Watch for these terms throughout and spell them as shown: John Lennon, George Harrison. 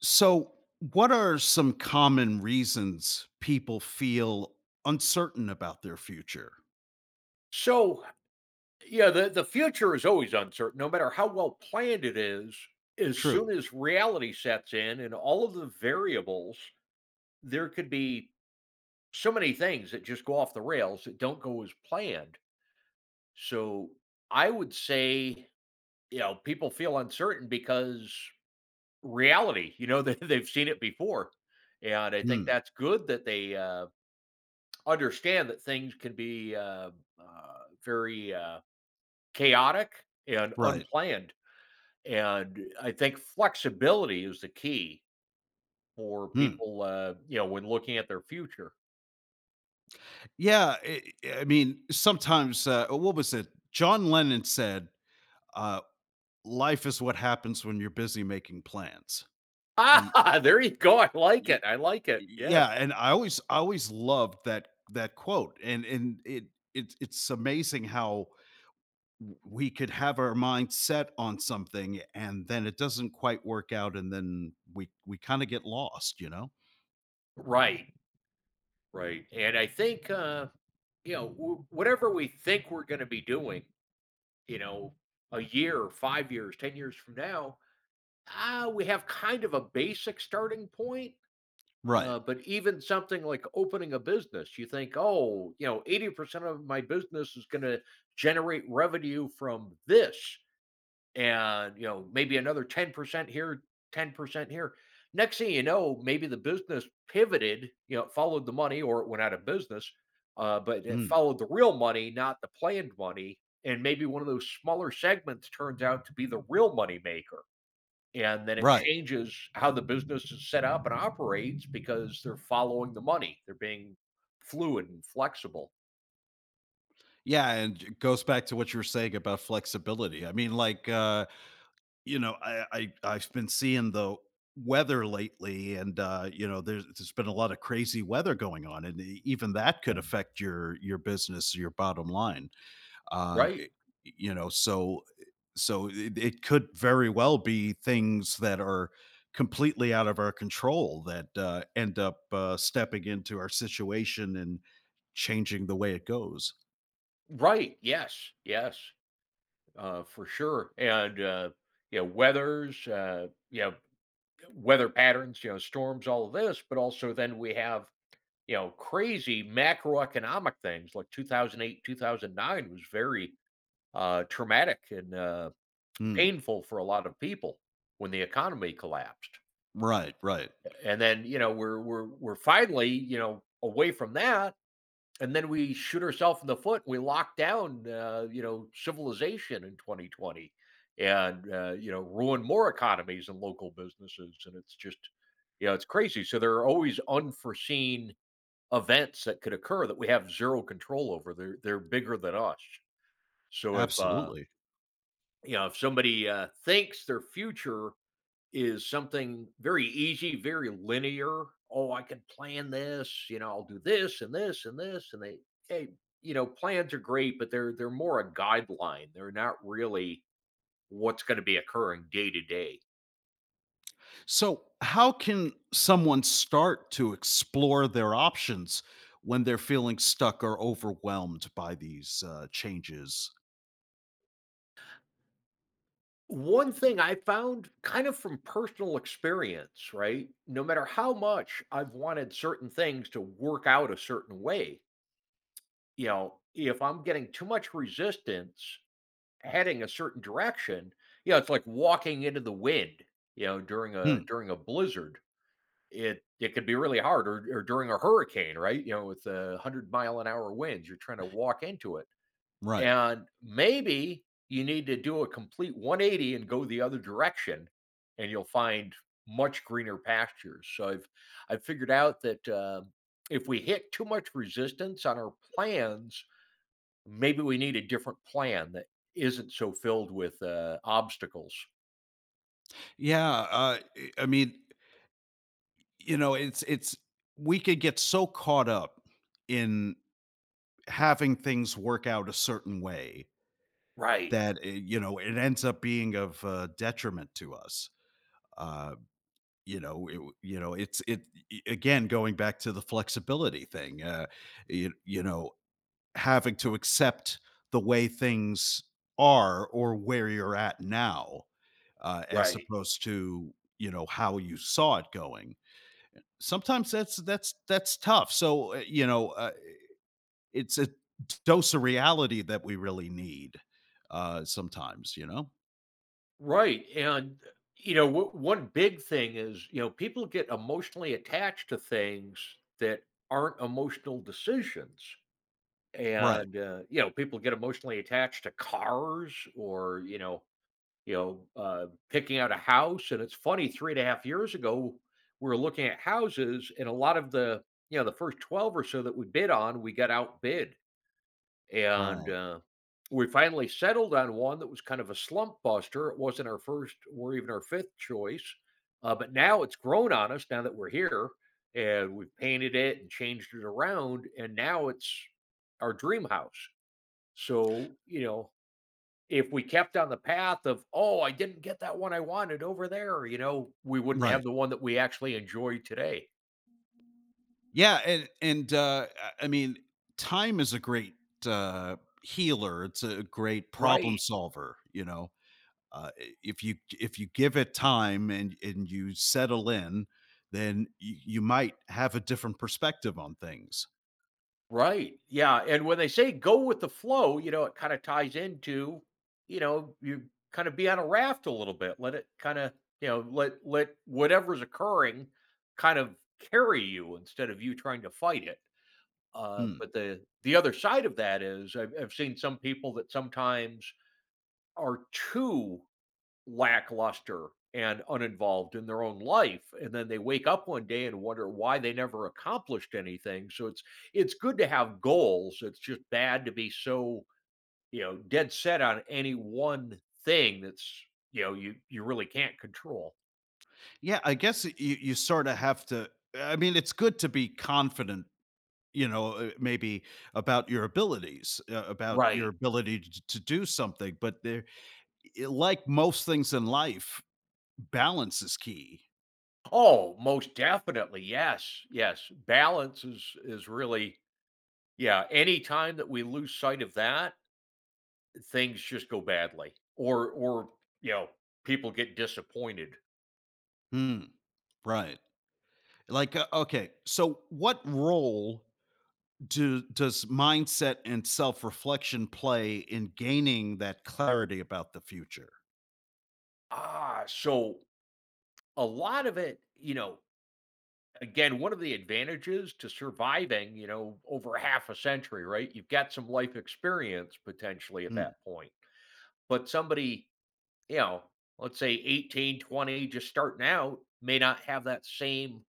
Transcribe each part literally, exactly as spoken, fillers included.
So, what are some common reasons people feel uncertain about their future? So, yeah, the the future is always uncertain, no matter how well planned it is. As soon True. as reality sets in and all of the variables, there could be so many things that just go off the rails that don't go as planned. So, I would say, you know, people feel uncertain because reality, you know, they, they've seen it before. And I Hmm. think that's good that they uh, understand that things can be uh, uh, very uh, chaotic and Right. unplanned. And I think flexibility is the key for Hmm. people, uh, you know, when looking at their future. Yeah. I I mean, sometimes, uh, what was it? John Lennon said, uh, "Life is what happens when you're busy making plans." And Ah, there you go. I like y- it. I like it. Yes. yeah, and I always, I always loved that that quote. And and it, it it's amazing how we could have our mind set on something, and then it doesn't quite work out, and then we we kind of get lost, you know Right. Right. And I think, uh, you know, w- whatever we think we're going to be doing, you know, a year, five years, ten years from now, ah, we have kind of a basic starting point. right. Uh, but even something like opening a business, you think, oh, you know, eighty percent of my business is going to generate revenue from this. And, you know, maybe another ten percent here, ten percent here. Next thing you know, maybe the business pivoted, you know, it followed the money or it went out of business, uh, but it Mm, followed the real money, not the planned money. And maybe one of those smaller segments turns out to be the real money maker, and then it right. changes how the business is set up and operates because they're following the money. They're being fluid and flexible. Yeah, and it goes back to what you were saying about flexibility. I mean like uh you know, i, I i've been seeing the weather lately, and uh you know there's there's been a lot of crazy weather going on, and e- even that could affect your your business, your bottom line. Uh, Right. it- you know, so so it, it could very well be things that are completely out of our control that uh, end up uh, stepping into our situation and changing the way it goes. Right. Yes. Yes. Uh, for sure. And uh, you know, weathers, uh, you know, weather patterns, you know, storms, all of this, but also then we have, you know, crazy macroeconomic things like two thousand eight, two thousand nine was very uh, traumatic and uh, Hmm. painful for a lot of people when the economy collapsed. Right, right. And then, you know, we're we're we're finally, you know, away from that, and then we shoot ourselves in the foot. We lock down, uh, you know, civilization in twenty twenty, and uh, you know, ruin more economies and local businesses, and it's just, you know, it's crazy. So there are always unforeseen events that could occur that we have zero control over. They're they're bigger than us. So if uh Absolutely. you know if somebody, uh, thinks their future is something very easy, very linear. Oh, I can plan this, you know, I'll do this and this and this. And they, hey, you know, plans are great, but they're they're more a guideline. They're not really what's going to be occurring day to day. So, how can someone start to explore their options when they're feeling stuck or overwhelmed by these uh, changes? One thing I found kind of from personal experience, right? No matter how much I've wanted certain things to work out a certain way, you know, if I'm getting too much resistance heading a certain direction, you know, it's like walking into the wind, you know, during a Hmm. during a blizzard. It it could be really hard, or, or during a hurricane, right? You know, with the hundred mile an hour winds, you're trying to walk into it. Right. And maybe you need to do a complete one eighty and go the other direction, and you'll find much greener pastures. So I've I've figured out that um if we hit too much resistance on our plans, maybe we need a different plan that isn't so filled with, uh, obstacles. Yeah. Uh, I I mean, you know, it's it's we could get so caught up in having things work out a certain way Right, that it, you know, it ends up being of uh, detriment to us. Uh, you know, it, you know, it's it i- again going back to the flexibility thing. Uh, you, you know, having to accept the way things are, or where you're at now, uh, as right. opposed to you know how you saw it going. Sometimes that's that's that's tough. So uh, you know, uh, it's a dose of reality that we really need uh, sometimes. You know. Right, and, you know, w- one big thing is, you know, people get emotionally attached to things that aren't emotional decisions, Right, and, uh, you know, people get emotionally attached to cars, or, you know you know, uh, picking out a house, and it's funny, three and a half years ago, we were looking at houses, and a lot of the, you know, the first twelve or so that we bid on, we got outbid. And, right, uh, we finally settled on one that was kind of a slump buster. It wasn't our first or even our fifth choice, uh, but now it's grown on us now that we're here, and we've painted it and changed it around, and now it's our dream house. So, you know, if we kept on the path of, "Oh, I didn't get that one I wanted over there," you know, we wouldn't have right. the one that we actually enjoy today. Yeah, and and uh, I I mean, time is a great uh, healer. It's a great problem Right. solver. You know, uh, i- if you if you give it time and and you settle in, then you, you might have a different perspective on things. Right. Yeah. And when they say go with the flow, you know, it kind of ties into, you know, you kind of be on a raft a little bit. Let it kind of, you know, let let whatever's occurring kind of carry you instead of you trying to fight it. Uh, Hmm. but the the other side of that is I've, I've seen some people that sometimes are too lackluster and uninvolved in their own life, and then they wake up one day and wonder why they never accomplished anything. So it's it's good to have goals. It's just bad to be so, you know, dead set on any one thing that's, you know, you you really can't control. Yeah, I guess you you sort of have to. I mean, it's good to be confident, you know, uh, maybe about your abilities, uh, about your Right. ability to, to do something. But there, i- like most things in life, balance is key. Oh, most definitely. Yes, yes, balance is is really, yeah, any time that we lose sight of that, things just go badly, or or you know, people get disappointed. Hmm. Right. Like, uh, okay, so what role do does mindset and self reflection play in gaining that clarity about the future? Ah, so a lot of it, you know, again, one of the advantages to surviving, you know, over half a century, right? You've got some life experience potentially at Hmm. that point. But somebody, you know, let's say eighteen, twenty, just starting out, may not have that same,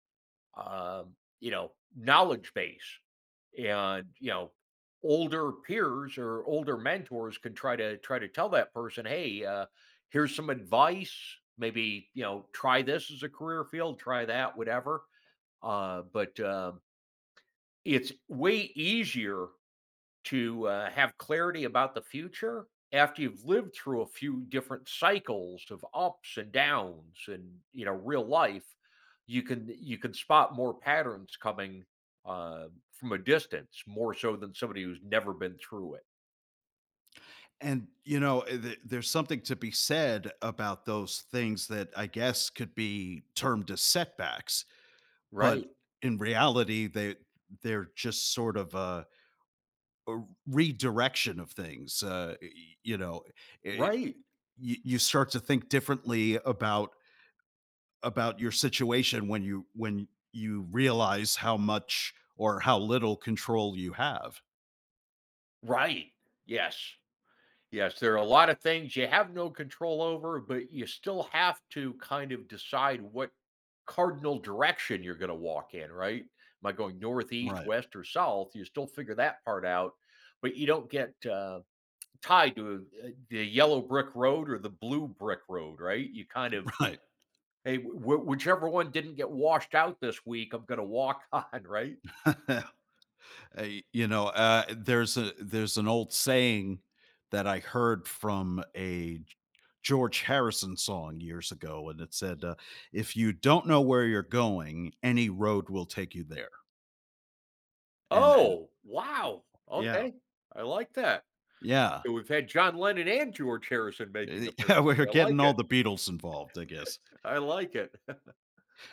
um, you know, knowledge base. And, you know, older peers or older mentors could try to try to tell that person, hey, uh here's some advice. Maybe, you know, try this as a career field, try that, whatever. Uh but um it's way easier to, uh, have clarity about the future after you've lived through a few different cycles of ups and downs, and, you know, real life. You can, you can spot more patterns coming, uh, from a distance, more so than somebody who's never been through it. And, you know, eh, th there's something to be said about those things that I guess could be termed as setbacks, Right. but in reality, they they're just sort of a a redirection of things, uh, y you know, it Right. you you start to think differently about about your situation when you when you realize how much or how little control you have. Right. Yes. Yes, there are a lot of things you have no control over, but you still have to kind of decide what cardinal direction you're going to walk in, right? Am I going northeast, Right, west, or south? You still figure that part out, but you don't get uh, tied to, uh, the yellow brick road or the blue brick road, right? You kind of, right. hey, wh- whichever one didn't get washed out this week, I'm going to walk on, right? Uh, you know, uh, there's a there's an old saying that I heard from a G- George Harrison song years ago, and it said, uh, "If you don't know where you're going, any road will take you there." And and Oh, wow. yeah, Okay. I like that. yeah, So we've had John Lennon and George Harrison making yeah, appearances. we're I like getting all it. the Beatles involved, I guess. I like it.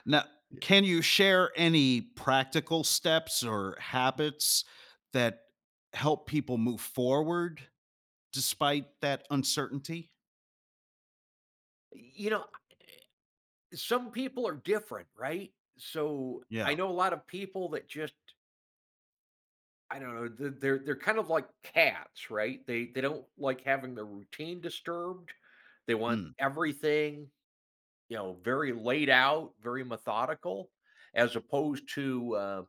Now, Yeah. can you share any practical steps or habits that help people move forward despite that uncertainty? You know, some people are different, right? So I Yeah. know a lot of people that just, I don't know, th- they're they're kind of like cats, right? They they don't like having their routine disturbed. They want Hmm. everything, you know, very laid out, very methodical, as opposed to, uh,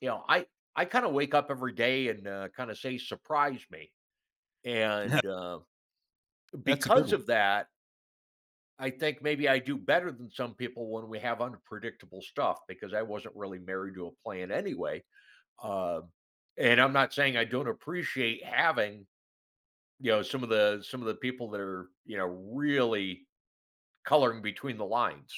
you know, I I kind of wake up every day and, uh, kind of say surprise me. And uh That's a good Because one. of that, I think maybe I do better than some people when we have unpredictable stuff because I wasn't really married to a plan anyway. Um, and I'm not saying I don't appreciate having, you know, some of the some of the people that are, you know, really coloring between the lines.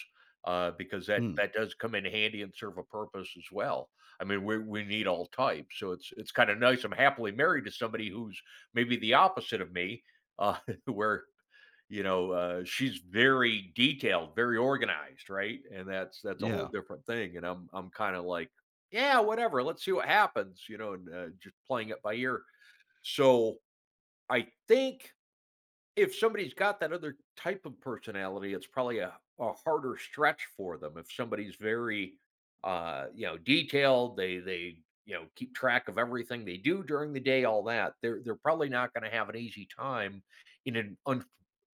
Uh, because that Hmm, that does come in handy and serve a purpose as well. I mean, we we need all types, so it's it's kind of nice. I'm happily married to somebody who's maybe the opposite of me, uh, where, you know, uh, she's very detailed, very organized, right? And that's that's a whole yeah. different thing. And I'm I'm kind of like, yeah, whatever. Let's see what happens, you know, and, uh, just playing it by ear. So I think if somebody's got that other type of personality, it's probably a, a harder stretch for them. If somebody's very, uh, you know, detailed, they they you know, keep track of everything they do during the day, all that. They're they're probably not going to have an easy time in an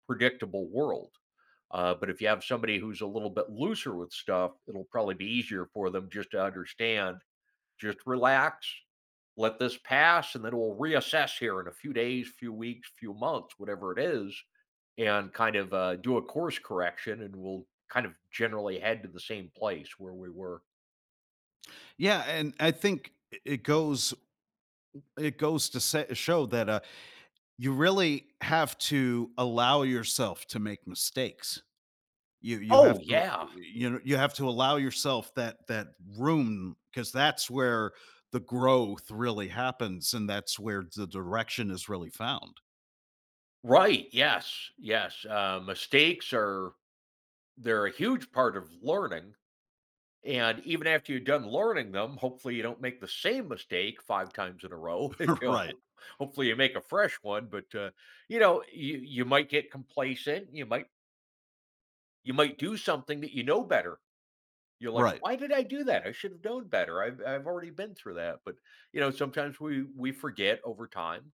unpredictable world. Uh, but if you have somebody who's a little bit looser with stuff, it'll probably be easier for them just to understand. Just relax, let this pass, and then we'll reassess here in a few days, few weeks, few months, whatever it is, and kind of, uh, do a course correction, and we'll kind of generally head to the same place where we were. Yeah, and I think I it goes it goes to se show that, uh, you really have to allow yourself to make mistakes. You you Oh have to, yeah, you know, you have to allow yourself that that room, because that's where the growth really happens, and that's where the direction is really found. right. Yes, yes. Uh, mistakes are, they're a huge part of learning. And even after you're done learning them, hopefully you don't make the same mistake five times in a row, you know, Right, hopefully you make a fresh one, but, uh, you know, you you might get complacent, you might, you might do something that you know better. You're like, right. "Why did I do that? I should have known better. I've I've already been through that." But, you know, sometimes we we forget over time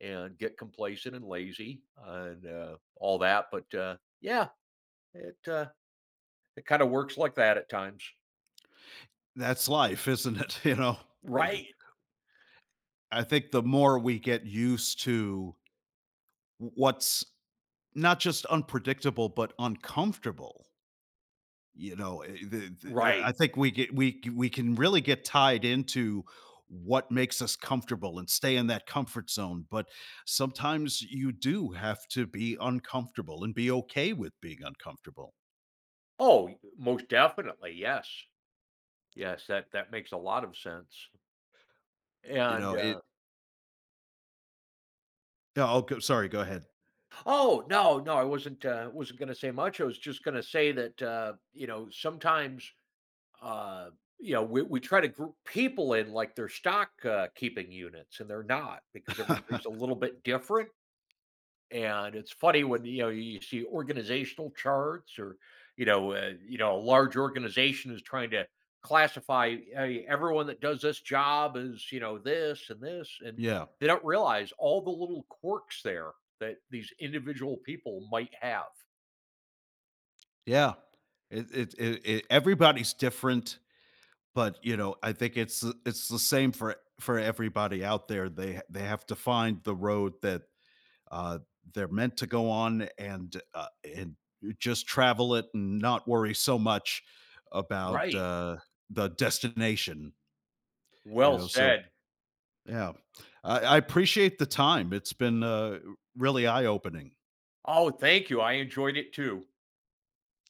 and get complacent and lazy and, uh, all that, but, uh, yeah, it, uh, it kinda works like that at times. That's life, isn't it? You know? It Right, I think the more we get used to what's not just unpredictable, but uncomfortable. You know, eh, the, the, eh, I right. think we get we we can really get tied into what makes us comfortable and stay in that comfort zone. But sometimes you do have to be uncomfortable and be okay with being uncomfortable. Oh, most definitely, yes. Yes, that that makes a lot of sense, Y- You and, know, it. uh Yeah, I'll go. Sorry, go ahead. oh, no, no, I wasn't, uh, wasn't gonna say much. I was just gonna say that, uh, you know, sometimes, uh, you know, we we try to group people in like their stock, uh, keeping units, and they're not because everybody's a little bit different. And it's funny when, you know, you see organizational charts, or, you know, uh, you know, a large organization is trying to classify, hey, everyone that does this job as, you know, this and this, and yeah. they don't realize all the little quirks there that these individual people might have. Yeah. It it it it everybody's different, but, you know, I think it's the it's the same for for everybody out there. They ha they have to find the road that, uh, they're meant to go on, and, uh, and just travel it and not worry so much about, Right. uh, the destination, you Well know, so, said. yeah. I I appreciate the time. It's been, uh, really eye-opening. Oh, thank you. I enjoyed it too.